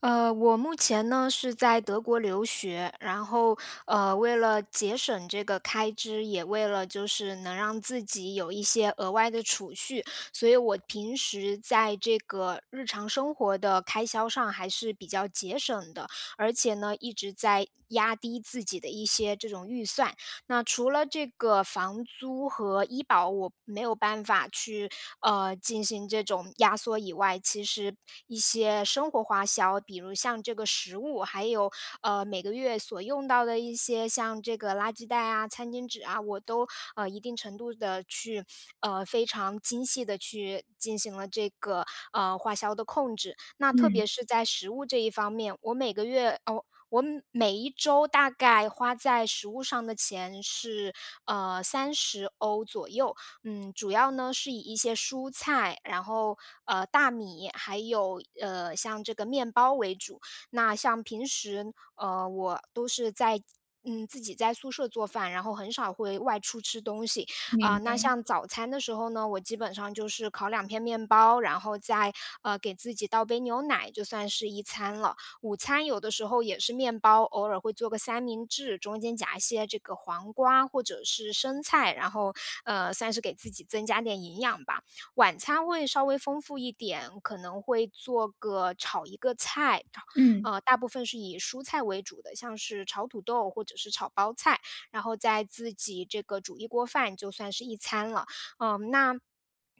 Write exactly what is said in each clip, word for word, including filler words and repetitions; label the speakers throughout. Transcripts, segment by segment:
Speaker 1: 呃，我目前呢是在德国留学，然后呃，为了节省这个开支，也为了就是能让自己有一些额外的储蓄，所以我平时在这个日常生活的开销上还是比较节省的，而且呢一直在压低自己的一些这种预算。那除了这个房租和医保，我没有办法去呃进行这种压缩以外，其实一些生活花销，比如像这个食物，还有呃每个月所用到的一些像这个垃圾袋啊、餐巾纸啊，我都呃一定程度的去呃非常精细的去进行了这个呃花销的控制。那特
Speaker 2: 嗯，
Speaker 1: 别是在食物这一方面，我每个月哦我每每一周大概花在食物上的钱是，呃三十欧左右。嗯，主要呢是以一些蔬菜，然后，呃，大米，还有，呃，像这个面包为主。那像平时，呃，我都是在嗯，自己在宿舍做饭，然后很少会外出吃东西。啊，
Speaker 2: 明白，
Speaker 1: 那像早餐的时候呢，我基本上就是烤两片面包，然后再，呃，给自己倒杯牛奶，就算是一餐了。午餐有的时候也是面包，偶尔会做个三明治，中间夹一些这个黄瓜或者是生菜，然后呃，算是给自己增加点营养吧。晚餐会稍微丰富一点，可能会做个炒一个菜，
Speaker 2: 嗯，
Speaker 1: 呃，大部分是以蔬菜为主的，像是炒土豆或者是炒包菜，然后再自己这个煮一锅饭，就算是一餐了。嗯，那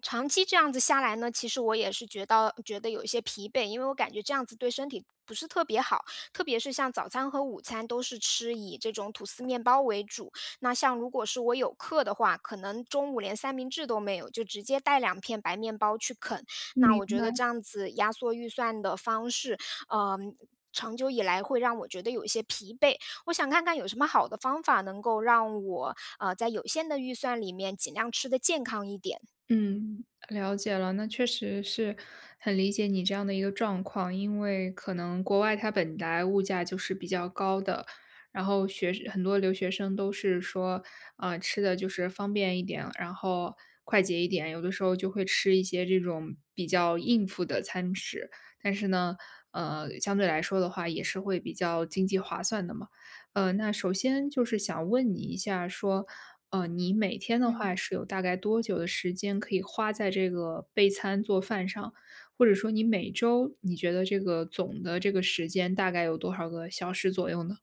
Speaker 1: 长期这样子下来呢，其实我也是觉到觉得有一些疲惫，因为我感觉这样子对身体不是特别好，特别是像早餐和午餐都是吃以这种吐司面包为主。那像如果是我有课的话，可能中午连三明治都没有，就直接带两片白面包去啃。那
Speaker 2: 明
Speaker 1: 我觉得
Speaker 2: 白，
Speaker 1: 这样子压缩预算的方式，嗯、长久以来会让我觉得有一些疲惫。我想看看有什么好的方法能够让我，呃，在有限的预算里面尽量吃的健康一点。
Speaker 2: 嗯，了解了，那确实是很理解你这样的一个状况，因为可能国外它本来物价就是比较高的，然后学很多留学生都是说，呃，吃的就是方便一点，然后快捷一点，有的时候就会吃一些这种比较应付的餐食，但是呢，呃，相对来说的话也是会比较经济划算的嘛。呃，那首先就是想问你一下说。呃，你每天的话
Speaker 1: 嗯。
Speaker 2: 是有大概多久的时间可以花在这个备餐做饭上？或者说你每周你觉得这个总的这个时间大概有多少个小时左右呢？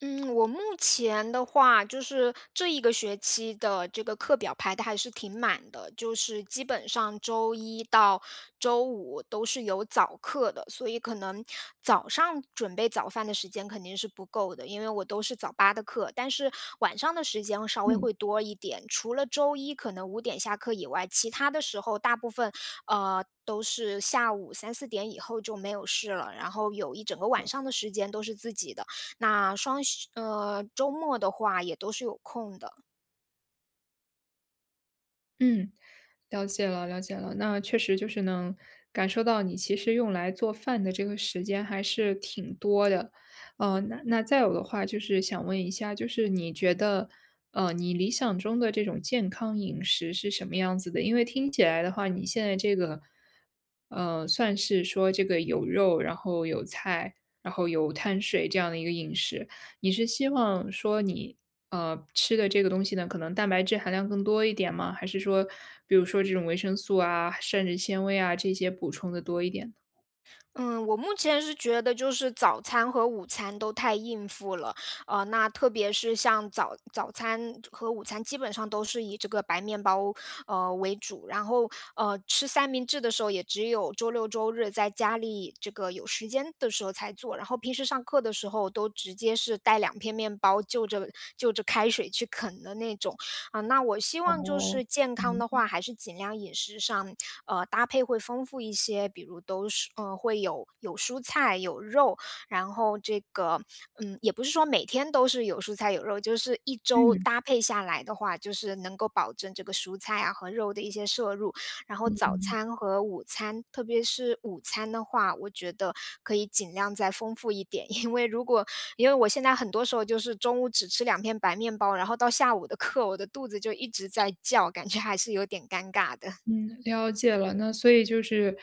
Speaker 1: 嗯，我目前的话，就是这一个学期的这个课表排的还是挺满的，就是基本上周一到周五都是有早课的，所以可能早上准备早饭的时间肯定是不够的，因为我都是早八的课，但是晚上的时间稍微
Speaker 2: 嗯。
Speaker 1: 会多一点。除了周一可能五点下课以外，其他的时候大部分呃都是下午三四点以后就没有事了，然后有一整个晚上的时间都是自己的。那双休呃，周末的话也都是有空的。
Speaker 2: 嗯，了解了，了解了。那确实就是能感受到你其实用来做饭的这个时间还是挺多的。呃，那那再有的话就是想问一下，就是你觉得，呃，你理想中的这种健康饮食是什么样子的？因为听起来的话，你现在这个，呃，算是说这个有肉，然后有菜，然后有碳水这样的一个饮食。你是希望说你，呃，吃的这个东西呢，可能蛋白质含量更多一点吗？还是说，比如说这种维生素啊、膳食纤维啊，这些补充的多一点呢？
Speaker 1: 嗯，我目前是觉得就是早餐和午餐都太应付了，呃，那特别是像早早餐和午餐基本上都是以这个白面包，呃，为主，然后，呃，吃三明治的时候也只有周六周日在家里这个有时间的时候才做，然后平时上课的时候都直接是带两片面包就着就着开水去啃的那种。啊，那我希望就
Speaker 2: 哦，
Speaker 1: 是健康
Speaker 2: 嗯，
Speaker 1: 的话，还是尽量饮食上，呃，搭配会丰富一些，比如都是，呃，会有有蔬菜、有肉，然后这个，嗯，也不是说每天都是有蔬菜有肉，就是一周
Speaker 2: 嗯，
Speaker 1: 搭配下来的话，就是能够保证这个蔬菜啊和肉的一些摄入，然后早餐和午餐，特别是午餐的话，我觉得可以尽量再丰富一点，因为如果因为我现在很多时候就是中午只吃两片白面包，然后到下午的课，我的肚子就一直在叫，感觉还是有点尴尬的。
Speaker 2: 嗯，了解了。那所以就是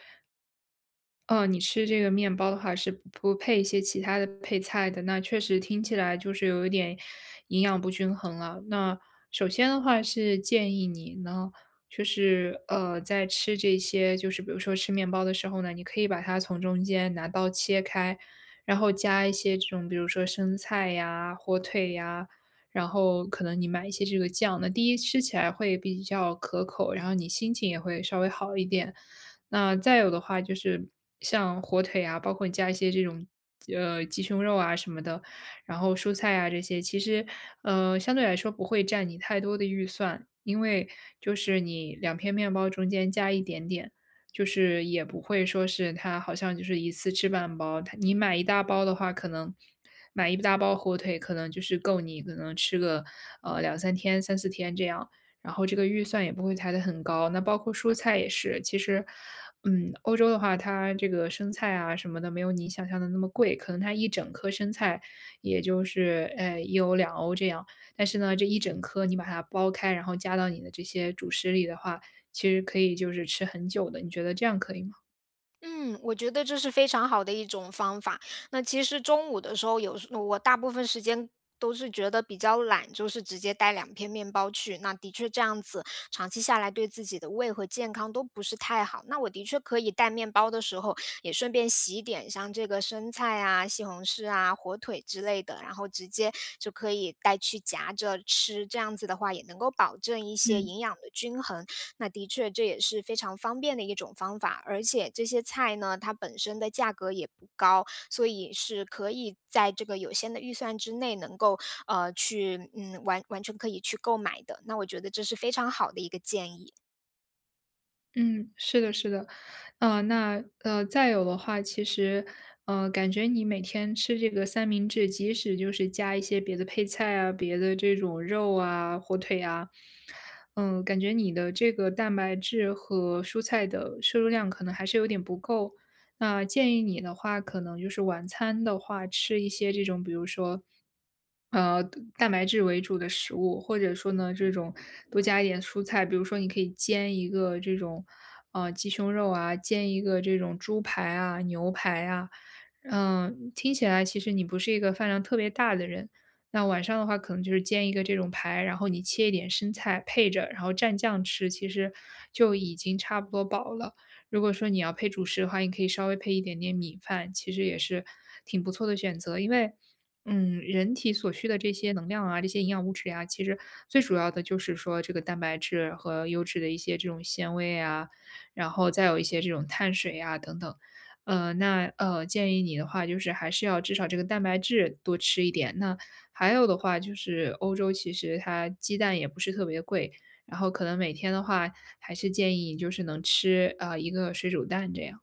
Speaker 2: 呃，你吃这个面包的话是不不配一些其他的配菜的，那确实听起来就是有一点营养不均衡了。那首先的话是建议你呢，就是呃，在吃这些，就是比如说吃面包的时候呢，你可以把它从中间拿刀切开，然后加一些这种，比如说生菜呀、火腿呀，然后可能你买一些这个酱，那第一吃起来会比较可口，然后你心情也会稍微好一点。那再有的话就是像火腿啊，包括你加一些这种呃鸡胸肉啊什么的，然后蔬菜啊这些，其实呃相对来说不会占你太多的预算，因为就是你两片面包中间加一点点。就是也不会说是它好像就是一次吃半包，它你买一大包的话，可能买一大包火腿，可能就是够你可能吃个呃两三天、三四天这样。然后这个预算也不会抬得很高。那包括蔬菜也是，其实，嗯，欧洲的话，它这个生菜啊什么的没有你想象的那么贵，可能它一整颗生菜也就是，呃一欧、两欧这样。但是呢，这一整颗你把它剥开，然后加到你的这些主食里的话，其实可以就是吃很久的，你觉得这样可以吗？
Speaker 1: 嗯，我觉得这是非常好的一种方法。那其实中午的时候有时我大部分时间都是觉得比较懒，就是直接带两片面包去。那的确这样子，长期下来对自己的胃和健康都不是太好。那我的确可以带面包的时候，也顺便洗一点像这个生菜啊、西红柿啊、火腿之类的，然后直接就可以带去夹着吃。这样子的话，也能够保证一些
Speaker 2: 嗯。
Speaker 1: 营养的均衡。那的确这也是非常方便的一种方法，而且这些菜呢，它本身的价格也不高，所以是可以在这个有限的预算之内，能够呃去嗯完完全可以去购买的。那我觉得这是非常好的一个建议。
Speaker 2: 嗯，是的，是的，啊，那呃，再有的话，其实，呃，感觉你每天吃这个三明治，即使就是加一些别的配菜啊、别的这种肉啊、火腿啊，嗯、感觉你的这个蛋白质和蔬菜的摄入量可能还是有点不够，那建议你的话，可能就是晚餐的话，吃一些这种比如说，呃，蛋白质为主的食物，或者说呢，这种多加一点蔬菜，比如说你可以煎一个这种，呃，鸡胸肉啊，煎一个这种猪排啊、牛排啊，嗯，听起来其实你不是一个饭量特别大的人。那晚上的话，可能就是煎一个这种排，然后你切一点生菜配着，然后蘸酱吃，其实就已经差不多饱了。如果说你要配主食的话，你可以稍微配一点点米饭，其实也是挺不错的选择。因为，嗯，人体所需的这些能量啊，这些营养物质呀、其实最主要的就是说这个蛋白质和优质的一些这种纤维啊，然后再有一些这种碳水啊等等。呃，那呃，建议你的话就是还是要至少这个蛋白质多吃一点。那还有的话就是欧洲其实它鸡蛋也不是特别贵，然后可能每天的话还是建议你就是能吃，啊呃一个水煮蛋这样，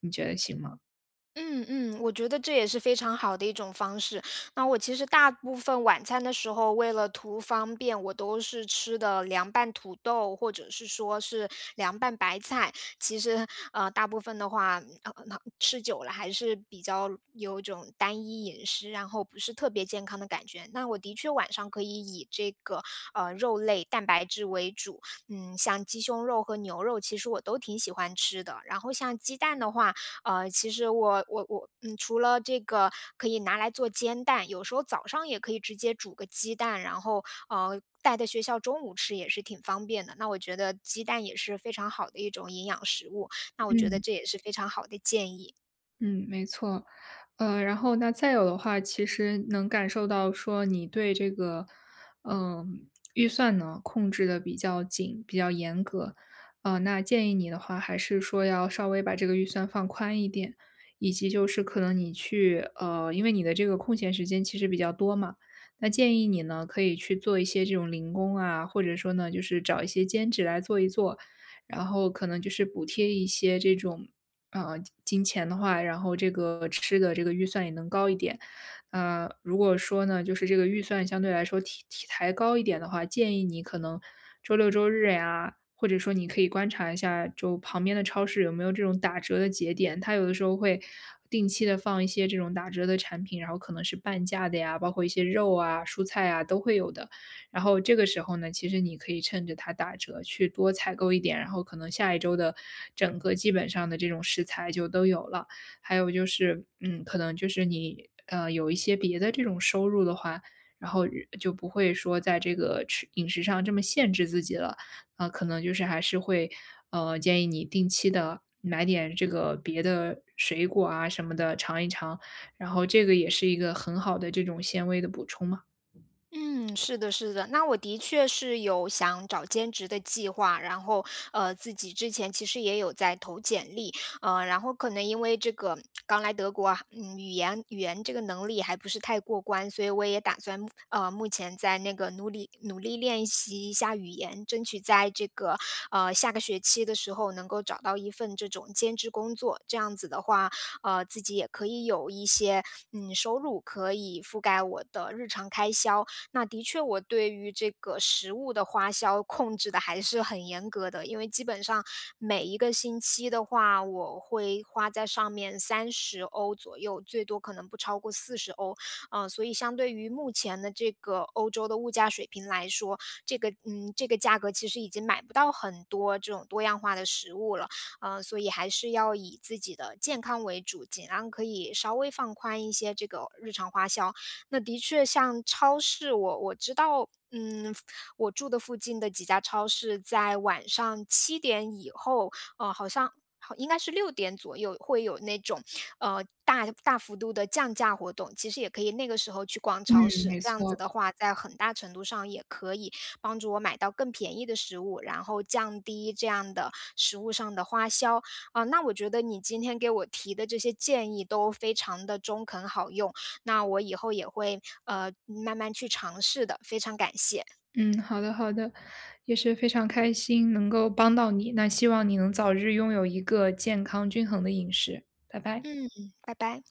Speaker 2: 你觉得行吗？
Speaker 1: 嗯嗯，我觉得这也是非常好的一种方式。那我其实大部分晚餐的时候，为了图方便，我都是吃的凉拌土豆，或者是说是凉拌白菜。其实，呃，大部分的话，呃，那吃久了还是比较有一种单一饮食，然后不是特别健康的感觉。那我的确晚上可以以这个呃肉类蛋白质为主，嗯，像鸡胸肉和牛肉，其实我都挺喜欢吃的。然后像鸡蛋的话，呃，其实我我我，嗯，除了这个可以拿来做煎蛋，有时候早上也可以直接煮个鸡蛋，然后呃带到学校中午吃也是挺方便的。那我觉得鸡蛋也是非常好的一种营养食物，那我觉得
Speaker 2: 嗯，
Speaker 1: 这也是非常好的建议。
Speaker 2: 嗯，没错。呃，然后那再有的话，其实能感受到说你对这个，嗯，预算呢控制的比较紧，比较严格。呃，那建议你的话，还是说要稍微把这个预算放宽一点，以及就是可能你去，呃，因为你的这个空闲时间其实比较多嘛，那建议你呢可以去做一些这种零工啊，或者说呢就是找一些兼职来做一做，然后可能就是补贴一些这种呃，金钱的话，然后这个吃的这个预算也能高一点。呃，如果说呢，就是这个预算相对来说体体抬高一点的话，建议你可能周六周日呀，或者说你可以观察一下，就旁边的超市有没有这种打折的节点，它有的时候会定期的放一些这种打折的产品，然后可能是半价的呀，包括一些肉啊、蔬菜啊都会有的。然后这个时候呢，其实你可以趁着它打折去多采购一点，然后可能下一周的整个基本上的这种食材就都有了。还有就是，嗯，可能就是你呃有一些别的这种收入的话，然后就不会说在这个吃饮食上这么限制自己了。啊、可能就是还是会呃建议你定期的买点这个别的水果啊什么的尝一尝，然后这个也是一个很好的这种纤维的补充嘛。
Speaker 1: 嗯，是的，是的。那我的确是有想找兼职的计划，然后呃，自己之前其实也有在投简历，呃，然后可能因为这个刚来德国啊嗯，语言语言这个能力还不是太过关，所以我也打算呃，目前在那个努力努力练习一下语言，争取在这个呃下个学期的时候能够找到一份这种兼职工作。这样子的话，呃，自己也可以有一些嗯收入，可以覆盖我的日常开销。那的确，我对于这个食物的花销控制的还是很严格的，因为基本上每一个星期的话，我会花在上面三十欧左右，最多可能不超过四十欧。嗯，所以相对于目前的这个欧洲的物价水平来说，这个嗯，这个价格其实已经买不到很多这种多样化的食物了。嗯，所以还是要以自己的健康为主，尽量可以稍微放宽一些这个日常花销。那的确像超市，我我知道，嗯，我住的附近的几家超市在晚上七点以后，呃，好像好应该是六点左右会有那种，呃，大大幅度的降价活动，其实也可以那个时候去逛
Speaker 2: 嗯，
Speaker 1: 超市。
Speaker 2: 没
Speaker 1: 这样子
Speaker 2: 错。
Speaker 1: 的话，在很大程度上也可以帮助我买到更便宜的食物，然后降低这样的食物上的花销。啊，那我觉得你今天给我提的这些建议都非常的中肯好用。那我以后也会，呃，慢慢去尝试的，非常感谢。
Speaker 2: 嗯，好的好的，也是非常开心能够帮到你，那希望你能早日拥有一个健康均衡的饮食，拜拜。
Speaker 1: 嗯，拜拜。